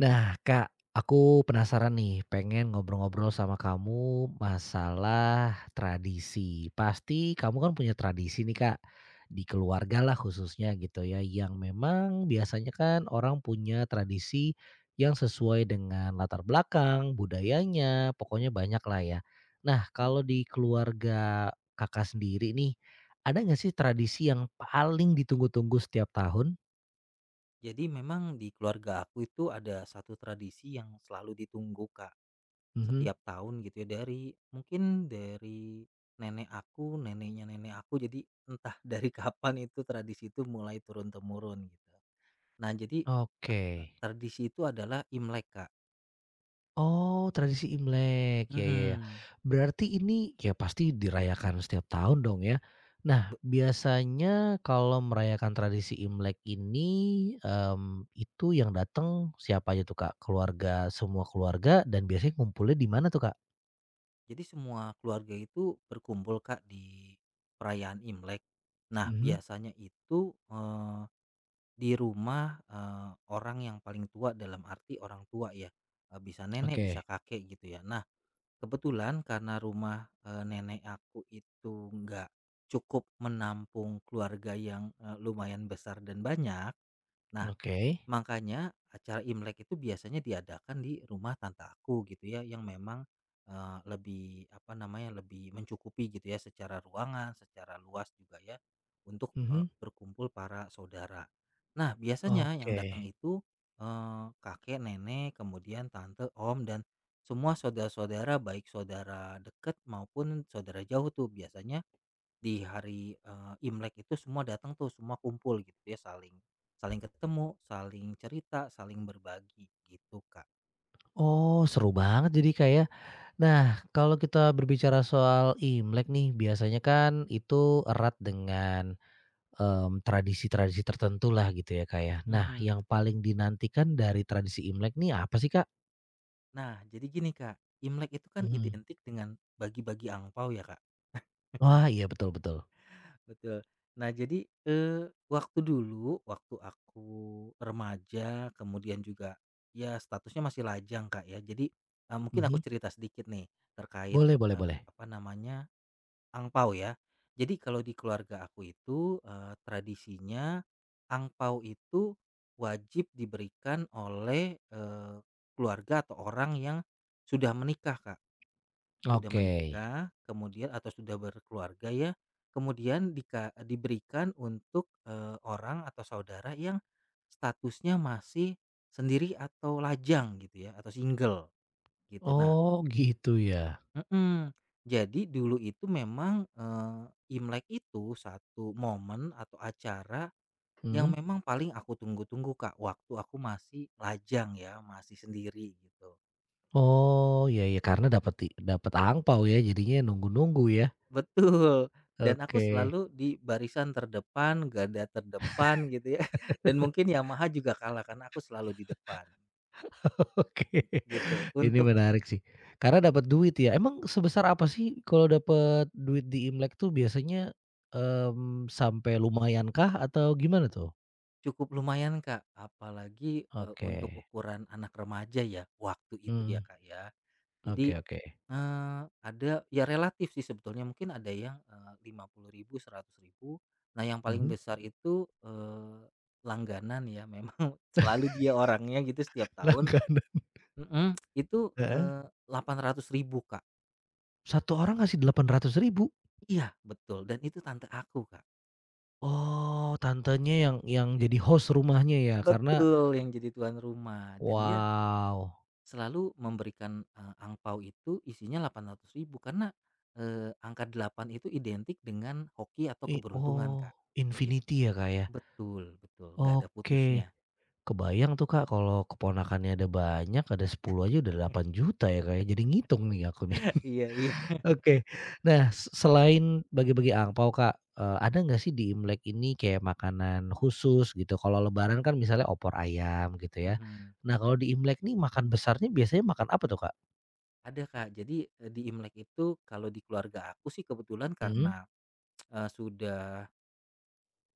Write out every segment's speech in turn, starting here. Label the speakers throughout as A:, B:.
A: Nah, Kak, aku penasaran nih, pengen ngobrol-ngobrol sama kamu masalah tradisi. Pasti kamu kan punya tradisi nih, Kak, di keluarga lah khususnya gitu ya, yang memang biasanya kan orang punya tradisi yang sesuai dengan latar belakang, budayanya, pokoknya banyak lah ya. Nah, kalau di keluarga Kakak sendiri nih, ada nggak sih tradisi yang paling ditunggu-tunggu setiap tahun?
B: Jadi memang di keluarga aku itu ada satu tradisi yang selalu ditunggu Kak,
A: Mhm.
B: setiap tahun gitu ya dari mungkin dari nenek aku, neneknya nenek aku jadi entah dari kapan itu tradisi itu mulai turun temurun gitu. Nah, jadi
A: Oke.
B: tradisi itu adalah Imlek, Kak.
A: Oh, tradisi Imlek, ya ya ya.
B: Mhm.
A: Berarti ini ya pasti dirayakan setiap tahun dong ya.
B: Be-
A: Nah, biasanya kalau merayakan tradisi Imlek ini, itu yang datang siapa aja tuh, Kak? Keluarga semua keluarga dan biasanya ngumpulnya di mana tuh, Kak?
B: Jadi semua keluarga itu berkumpul, Kak, di perayaan Imlek. Nah,
A: Mhm,
B: biasanya itu eh, di rumah, orang yang paling tua, dalam arti orang tua ya, bisa nenek, bisa
A: oke.
B: kakek gitu ya. Nah, kebetulan karena rumah, nenek aku itu nggak cukup menampung keluarga yang, lumayan besar dan banyak. Nah,
A: Oke.
B: makanya acara Imlek itu biasanya diadakan di rumah tante aku gitu ya yang memang, lebih apa namanya, lebih mencukupi gitu ya secara ruangan, secara luas juga ya untuk,
A: Mhm.
B: berkumpul para saudara. Nah, biasanya yang datang
A: Oke.
B: itu, kakek, nenek, kemudian tante, om, dan semua saudara-saudara, baik saudara dekat maupun saudara jauh, tuh biasanya di hari, Imlek itu semua datang tuh, semua kumpul gitu ya, saling saling ketemu, saling cerita, saling berbagi gitu, Kak.
A: Oh, seru banget jadi, kayak, nah, kalau kita berbicara soal Imlek nih, biasanya kan itu erat dengan tradisi-tradisi tertentu lah gitu ya, Kak, ya. Nah,
B: Mhm,
A: yang
B: betul.
A: paling dinantikan dari tradisi Imlek nih apa sih, Kak?
B: Nah, jadi gini, Kak, Imlek itu kan
A: Mhm.
B: identik dengan bagi-bagi angpau ya, Kak.
A: Wah, iya betul betul.
B: Betul. Nah, jadi, waktu dulu, waktu aku remaja, kemudian juga ya statusnya masih lajang, Kak, ya. Jadi, mungkin aku
A: Mhm.
B: cerita sedikit nih terkait,
A: Boleh boleh boleh.
B: apa namanya, angpau ya. Jadi kalau di keluarga aku itu, tradisinya angpau itu wajib diberikan oleh, keluarga atau orang yang sudah menikah, Kak. Sudah
A: Oke.
B: menikah kemudian atau sudah berkeluarga ya, kemudian diberikan untuk, orang atau saudara yang statusnya masih sendiri atau lajang gitu ya, atau single gitu. Nah.
A: Oh, gitu ya?
B: Mhm. Jadi dulu itu memang, Imlek itu satu momen atau acara yang
A: Mhm.
B: memang paling aku tunggu-tunggu, Kak, waktu aku masih lajang ya, masih sendiri gitu.
A: Oh, iya iya, karena dapat dapat angpau ya, jadinya nunggu-nunggu ya?
B: Betul, dan aku
A: Oke.
B: selalu di barisan terdepan, garda terdepan gitu ya, dan mungkin Yamaha juga kalah karena aku selalu di depan
A: Oke.
B: gitu.
A: Ini menarik sih. Karena dapat duit ya. Emang sebesar apa sih kalau dapat duit di Imlek tuh biasanya, sampai lumayankah atau gimana tuh?
B: Cukup lumayan, Kak, apalagi, untuk
A: Oke,
B: ukuran anak remaja ya waktu itu ya,
A: mhm,
B: Kak, ya.
A: oke
B: Jadi,
A: oke,
B: ada ya relatif sih sebetulnya, mungkin ada yang, 50.000 100.000. Nah, yang paling
A: mhm,
B: besar itu, langganan ya memang selalu dia orangnya gitu setiap tahun.
A: langganan
B: Mhm, itu,
A: heeh,
B: 800.000, Kak.
A: 1 orang ngasih Rp800.000?
B: Iya, betul, dan itu tante aku, Kak.
A: Oh, tantenya yang jadi host rumahnya ya karena
B: Betul, yang jadi tuan rumah, dan dia
A: wow,
B: selalu memberikan, angpao itu isinya 800.000, karena, angka 8 itu identik dengan hoki atau keberuntungan,
A: oh,
B: Kak, gitu.
A: infinity ya, Kak, ya?
B: Betul betul, nggak ada
A: Oke,
B: putusnya.
A: kebayang tuh, Kak, kalau keponakannya ada banyak, ada 10 aja udah 8 juta ya, Kak, ya? Jadi ngitung nih aku nih.
B: Iya, iya.
A: Oke. Nah, selain bagi-bagi angpao, Kak, ada nggak sih di Imlek ini kayak makanan khusus gitu? Kalau lebaran kan misalnya opor ayam gitu ya.
B: Mhm.
A: Nah, kalau di Imlek nih makan besarnya biasanya makan apa tuh, Kak?
B: Ada, Kak. Jadi, di Imlek itu kalau di keluarga aku sih kebetulan
A: Mhm.
B: karena, sudah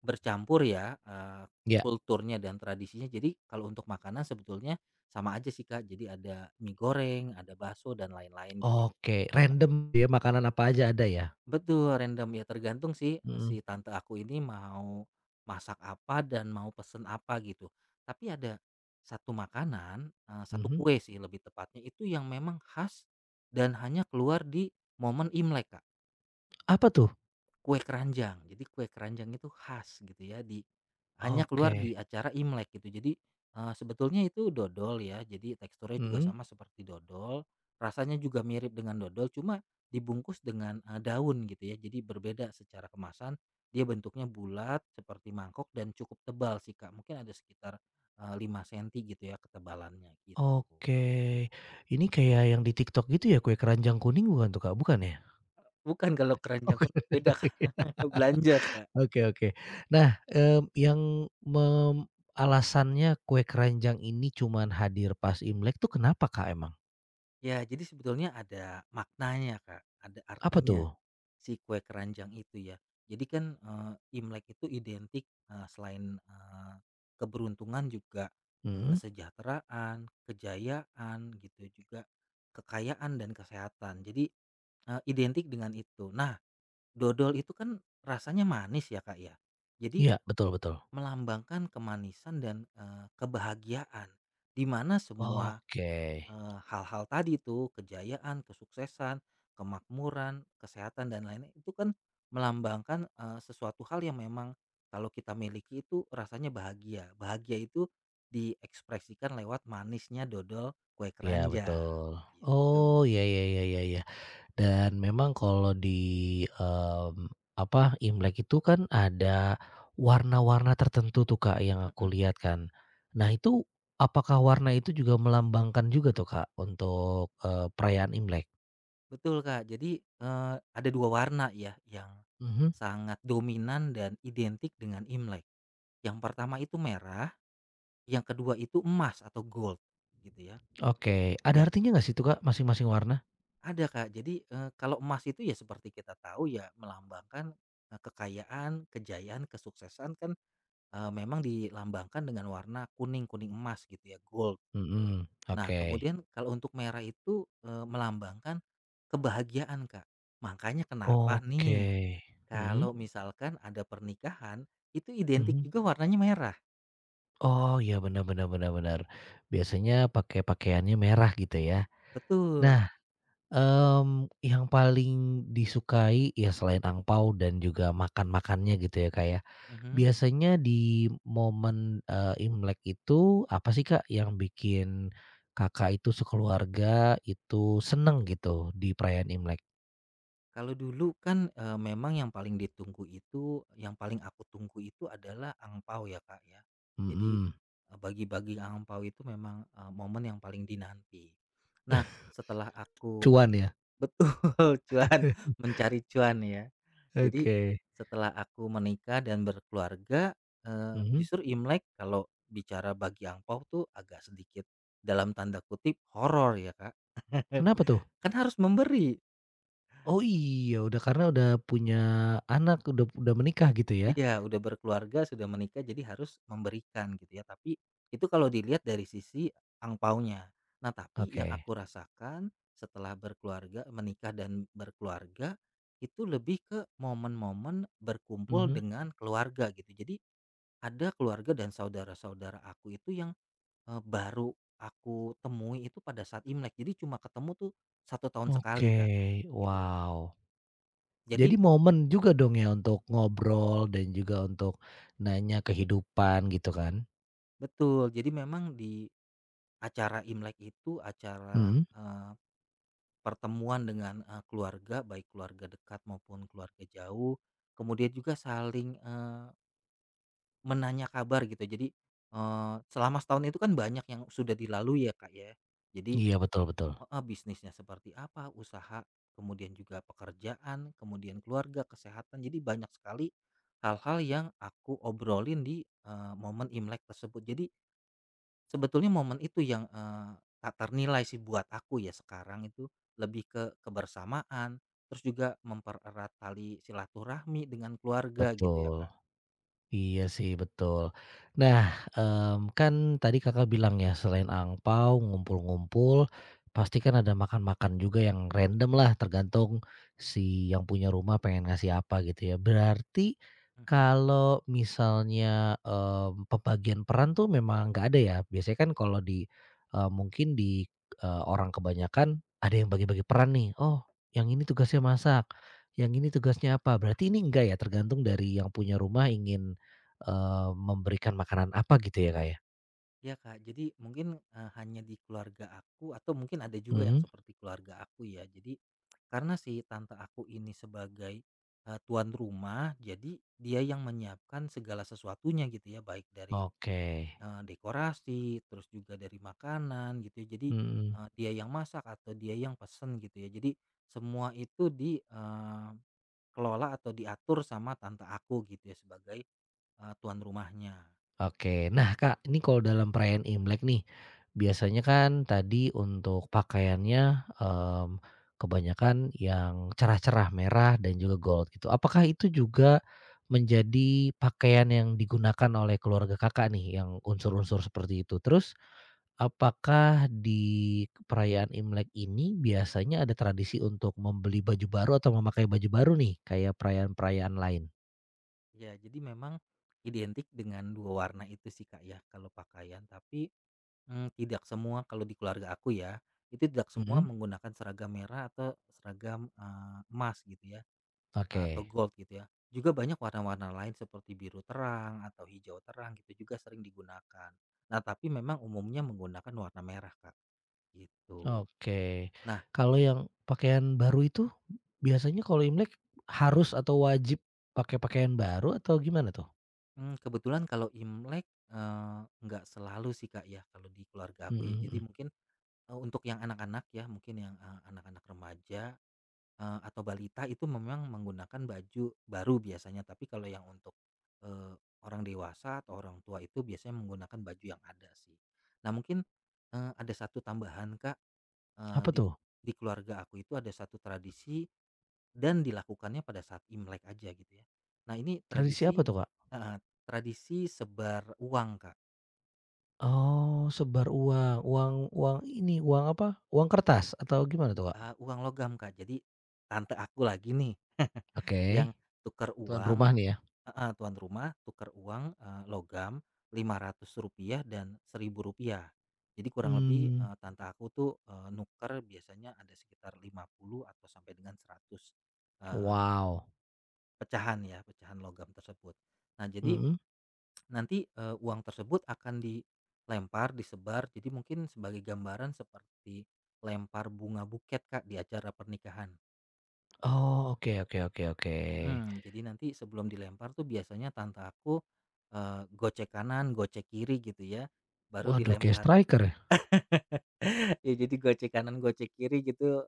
B: bercampur ya,
A: Iya.
B: kulturnya dan tradisinya. Jadi kalau untuk makanan sebetulnya sama aja sih, Kak. Jadi ada mie goreng, ada bakso dan lain-lain gitu ya.
A: Oke, random ya makanan apa aja ada ya?
B: Betul, random. Ya, tergantung sih, si
A: Mhm,
B: tante aku ini mau masak apa dan mau pesen apa gitu. Tapi ada satu makanan, satu
A: mhm.
B: kue sih lebih tepatnya, itu yang memang khas dan hanya keluar di momen Imlek, Kak.
A: Apa tuh?
B: Kue keranjang. Jadi, kue keranjang itu khas gitu ya, hanya keluar
A: Oke.
B: di acara Imlek gitu. Jadi, sebetulnya itu dodol ya, jadi teksturnya juga
A: Mhm.
B: sama seperti dodol, rasanya juga mirip dengan dodol, cuma dibungkus dengan, daun gitu ya. Jadi berbeda secara kemasan, dia bentuknya bulat seperti mangkok dan cukup tebal sih, Kak, mungkin ada sekitar, 5 senti gitu ya ketebalannya gitu.
A: Oke. Ini kayak yang di TikTok gitu ya kue keranjang kuning bukan tuh, Kak? Bukan ya?
B: Bukan, kalau keranjang
A: Oke.
B: beda karena belanja, Kak.
A: Oke oke. Nah, mmm, yang mem alasannya kue keranjang ini cuman hadir pas Imlek tuh kenapa, Kak, emang?
B: Ya jadi sebetulnya ada maknanya, Kak, ada
A: Apa
B: artinya.
A: tuh?
B: Si kue keranjang itu ya. Jadi kan, Imlek itu identik, selain, keberuntungan, juga
A: Mhm,
B: kesejahteraan, kejayaan gitu, juga kekayaan dan kesehatan. Jadi, identik dengan itu. Nah, dodol itu kan rasanya manis ya, Kak, ya. Jadi
A: iya, betul betul.
B: melambangkan kemanisan dan, kebahagiaan, di mana semua
A: Oke.
B: Hal-hal tadi tuh, kejayaan, kesuksesan, kemakmuran, kesehatan, dan lainnya itu kan melambangkan, sesuatu hal yang memang kalau kita miliki itu rasanya bahagia. Bahagia itu diekspresikan lewat manisnya dodol kue
A: Iya,
B: keranjang,
A: betul.
B: gitu.
A: Oh, ya ya ya ya ya. Dan memang kalau di, mmm, apa, Imlek itu kan ada warna-warna tertentu tuh, Kak, yang aku
B: Mhm,
A: lihat kan. Nah,
B: bet
A: itu apakah warna itu juga melambangkan juga tuh, Kak, untuk, perayaan Imlek?
B: betul, Kak. Jadi, ada 2 warna ya yang
A: Mhm.
B: sangat dominan dan identik dengan Imlek. Yang pertama itu merah, yang kedua itu emas atau gold, gitu ya.
A: Oke, ada
B: Ya,
A: artinya nggak sih itu, Kak, masing-masing warna?
B: ada, Kak. Jadi, kalau emas itu ya seperti kita tahu ya melambangkan, kekayaan, kejayaan, kesuksesan kan, memang dilambangkan dengan warna kuning, kuning emas gitu ya, gold.
A: Mhm,
B: Nah,
A: oke.
B: kemudian kalau untuk merah itu, melambangkan kebahagiaan, Kak. Makanya kenapa
A: Oke,
B: nih,
A: mhm
B: kalau misalkan ada pernikahan, itu identik
A: mhm.
B: juga warnanya merah.
A: Oh, iya benar-benar-benar-benar. Biasanya pakai pakaiannya merah gitu ya.
B: Betul.
A: Nah, yang paling disukai ya selain angpao dan juga makan-makannya gitu ya, Kak, ya.
B: Mhm.
A: Biasanya di momen, Imlek itu apa sih, Kak, yang bikin Kakak itu sekeluarga itu seneng gitu di perayaan Imlek?
B: Kalau dulu kan, memang yang paling ditunggu itu, yang paling aku tunggu itu adalah angpau ya, Kak, ya. Jadi,
A: Mhm,
B: bagi-bagi angpau itu memang, momen yang paling dinanti. Nah, setelah aku
A: cuan ya?
B: betul, cuan, mencari cuan ya. Jadi,
A: Oke,
B: setelah aku menikah dan berkeluarga,
A: mhm,
B: justru Imlek kalau bicara bagi angpau tuh agak sedikit dalam tanda kutip "horor" ya, Kak.
A: kenapa tuh?
B: Kan harus memberi.
A: Oh iya, udah karena udah punya anak, udah menikah gitu ya?
B: Iya, udah berkeluarga, sudah menikah, jadi harus memberikan gitu ya. Tapi itu kalau dilihat dari sisi angpaunya. Nah, tapi yang
A: Oke,
B: aku rasakan setelah berkeluarga, menikah dan berkeluarga itu lebih ke momen-momen berkumpul
A: mhm,
B: dengan keluarga gitu. Jadi ada keluarga dan saudara-saudara aku itu yang baru aku temui itu pada saat Imlek. Jadi cuma ketemu tuh satu tahun sekali,
A: oke,
B: Kak. Gitu.
A: wow. Jadi
B: Jadi
A: momen juga dong ya untuk ngobrol dan juga untuk nanya kehidupan gitu kan?
B: betul. Jadi memang di acara Imlek itu acara,
A: Mhm,
B: pertemuan dengan, keluarga, baik keluarga dekat maupun keluarga jauh, kemudian juga saling, menanya kabar gitu. Jadi, selama setahun itu kan banyak yang sudah dilalui ya, Kak, ya. Jadi,
A: iya betul betul,
B: heeh, bisnisnya seperti apa, usaha, kemudian juga pekerjaan, kemudian keluarga, kesehatan. Jadi banyak sekali hal-hal yang aku obrolin di, momen Imlek tersebut. Jadi sebetulnya momen itu yang, tak ternilai sih buat aku ya sekarang itu, lebih ke kebersamaan, terus juga mempererat tali silaturahmi dengan keluarga gitu ya,
A: betul.
B: Kak.
A: Iya sih, betul. Nah, kan tadi Kakak bilang ya, selain angpau ngumpul-ngumpul, pasti kan ada makan-makan juga yang random lah, tergantung si yang punya rumah pengen ngasih apa gitu ya. Berarti
B: Mhm.
A: kalau misalnya, pembagian peran tuh memang nggak ada ya? Biasanya kan kalau di, mungkin di, orang kebanyakan ada yang bagi-bagi peran nih, "Oh, yang ini tugasnya masak, yang ini tugasnya apa." Berarti ini enggak ya, tergantung dari yang punya rumah ingin memberikan makanan apa gitu ya, Kak, ya?
B: Iya, Kak, jadi mungkin, hanya di keluarga aku atau mungkin ada juga yang
A: Mhm.
B: seperti keluarga aku ya. Jadi karena si tante aku ini sebagai, tuan rumah, jadi dia yang menyiapkan segala sesuatunya gitu ya, baik dari
A: Oke,
B: Dekorasi, terus juga dari makanan gitu ya. Jadi,
A: mhm,
B: dia yang masak atau dia yang pesen gitu ya. Jadi semua itu di, eh, kelola atau diatur sama tante aku gitu ya sebagai, tuan rumahnya.
A: oke. Nah, Kak, ini kalau dalam perayaan Imlek nih, biasanya kan tadi untuk pakaiannya, mmm, kebanyakan yang cerah-cerah, merah dan juga gold gitu. Apakah itu juga menjadi pakaian yang digunakan oleh keluarga Kakak nih yang unsur-unsur seperti itu? Terus apakah di perayaan Imlek ini biasanya ada tradisi untuk membeli baju baru atau memakai baju baru nih kayak perayaan-perayaan lain?
B: Ya, jadi memang identik dengan 2 warna itu sih, Kak, ya, kalau pakaian. Tapi, tidak semua, kalau di keluarga aku ya, itu tidak semua
A: Mhm,
B: menggunakan seragam merah atau seragam, emas gitu ya.
A: oke
B: Atau gold gitu ya. Juga banyak warna-warna lain seperti biru terang atau hijau terang gitu juga sering digunakan. Nah, tapi memang umumnya menggunakan warna merah, Kak, gitu.
A: oke.
B: Nah,
A: Kalau yang pakaian baru itu biasanya kalau Imlek harus atau wajib pakai pakaian baru atau gimana tuh?
B: kebetulan kalau Imlek, nggak selalu sih, Kak, ya, kalau di keluarga
A: Mhm
B: aku ya. Jadi
A: mhm.
B: mungkin, untuk yang anak-anak ya, mungkin yang, anak-anak remaja, atau balita itu memang menggunakan baju baru biasanya, tapi kalau yang untuk, eee, orang dewasa atau orang tua itu biasanya menggunakan baju yang ada sih. Nah, mungkin, ada satu tambahan, Kak, eee,
A: Apa
B: di
A: tuh?
B: di keluarga aku itu ada satu tradisi dan dilakukannya pada saat Imlek aja gitu ya. Nah, ini
A: Tradisi apa
B: tradisi.
A: tuh, Kak?
B: Heeh, tradisi sebar uang, Kak,
A: Oh, sebar uang. Uang uang ini, uang apa, uang kertas atau gimana tuh, Kak?
B: uang logam, Kak. Jadi tante aku lagi nih
A: Oke,
B: yang tuker
A: tuan
B: uang
A: rumah nih ya?
B: heeh, tuan rumah tukar uang, logam Rp500 dan Rp1.000. Jadi kurang lebih,
A: Hmm.
B: tante aku tuh, nuker biasanya ada sekitar 50 atau sampai dengan 100, eee,
A: Wow.
B: pecahan ya, pecahan logam tersebut. Nah jadi
A: Mhm.
B: nanti, uang tersebut akan dilempar, disebar, jadi mungkin sebagai gambaran seperti lempar bunga buket, Kak, di acara pernikahan.
A: Oh, oke oke oke oke.
B: Mhm, jadi nanti sebelum dilempar tuh biasanya tante aku, gocek kanan, gocek kiri gitu ya, baru
A: Waduh, kayak
B: dilempar.
A: striker ya?
B: Ya jadi gocek kanan, gocek kiri gitu,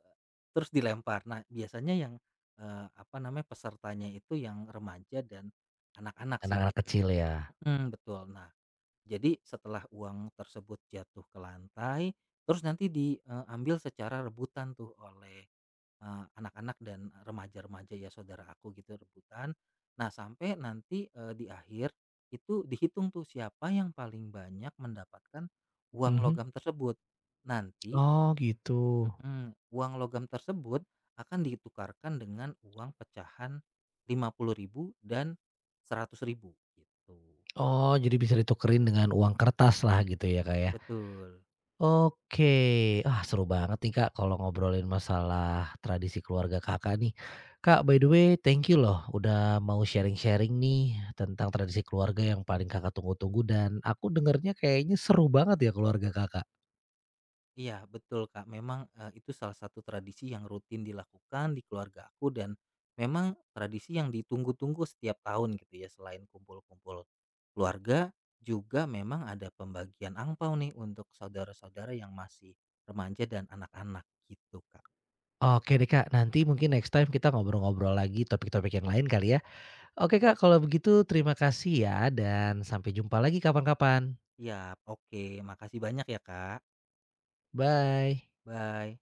B: terus dilempar. Nah biasanya yang, apa namanya, pesertanya itu yang remaja dan anak-anak sih
A: Anak-anak
B: bia
A: kecil ya.
B: Mhm, betul. Nah jadi setelah uang tersebut jatuh ke lantai, terus nanti diambil secara rebutan tuh oleh anak-anak dan remaja-remaja ya saudara aku gitu rebutan. Nah sampai nanti di akhir itu dihitung tuh siapa yang paling banyak mendapatkan uang
A: Mhm.
B: logam tersebut. Nanti
A: Oh, gitu.
B: mm-mm, uang logam tersebut akan ditukarkan dengan uang pecahan 50.000 dan 100.000 gitu.
A: Oh, jadi bisa ditukerin dengan uang kertas lah gitu ya, Kak, ya?
B: Betul.
A: Oke. Ah, seru banget nih, Kak, kalau ngobrolin masalah tradisi keluarga Kakak nih. Kak, by the way, thank you loh udah mau sharing-sharing nih tentang tradisi keluarga yang paling Kakak tunggu-tunggu dan aku dengernya kayaknya seru banget ya keluarga Kakak.
B: Iya, betul, Kak. Memang, itu salah satu tradisi yang rutin dilakukan di keluarga aku dan memang tradisi yang ditunggu-tunggu setiap tahun gitu ya. Selain kumpul-kumpul keluarga, juga memang ada pembagian angpau nih untuk saudara-saudara yang masih remaja dan anak-anak gitu, Kak.
A: Oke deh Kak, nanti mungkin next time kita ngobrol-ngobrol lagi topik-topik yang lain kali ya. Oke Kak, kalau begitu terima kasih ya dan sampai jumpa lagi kapan-kapan.
B: Siap, oke. Makasih banyak ya, Kak.
A: Bye.
B: Bye.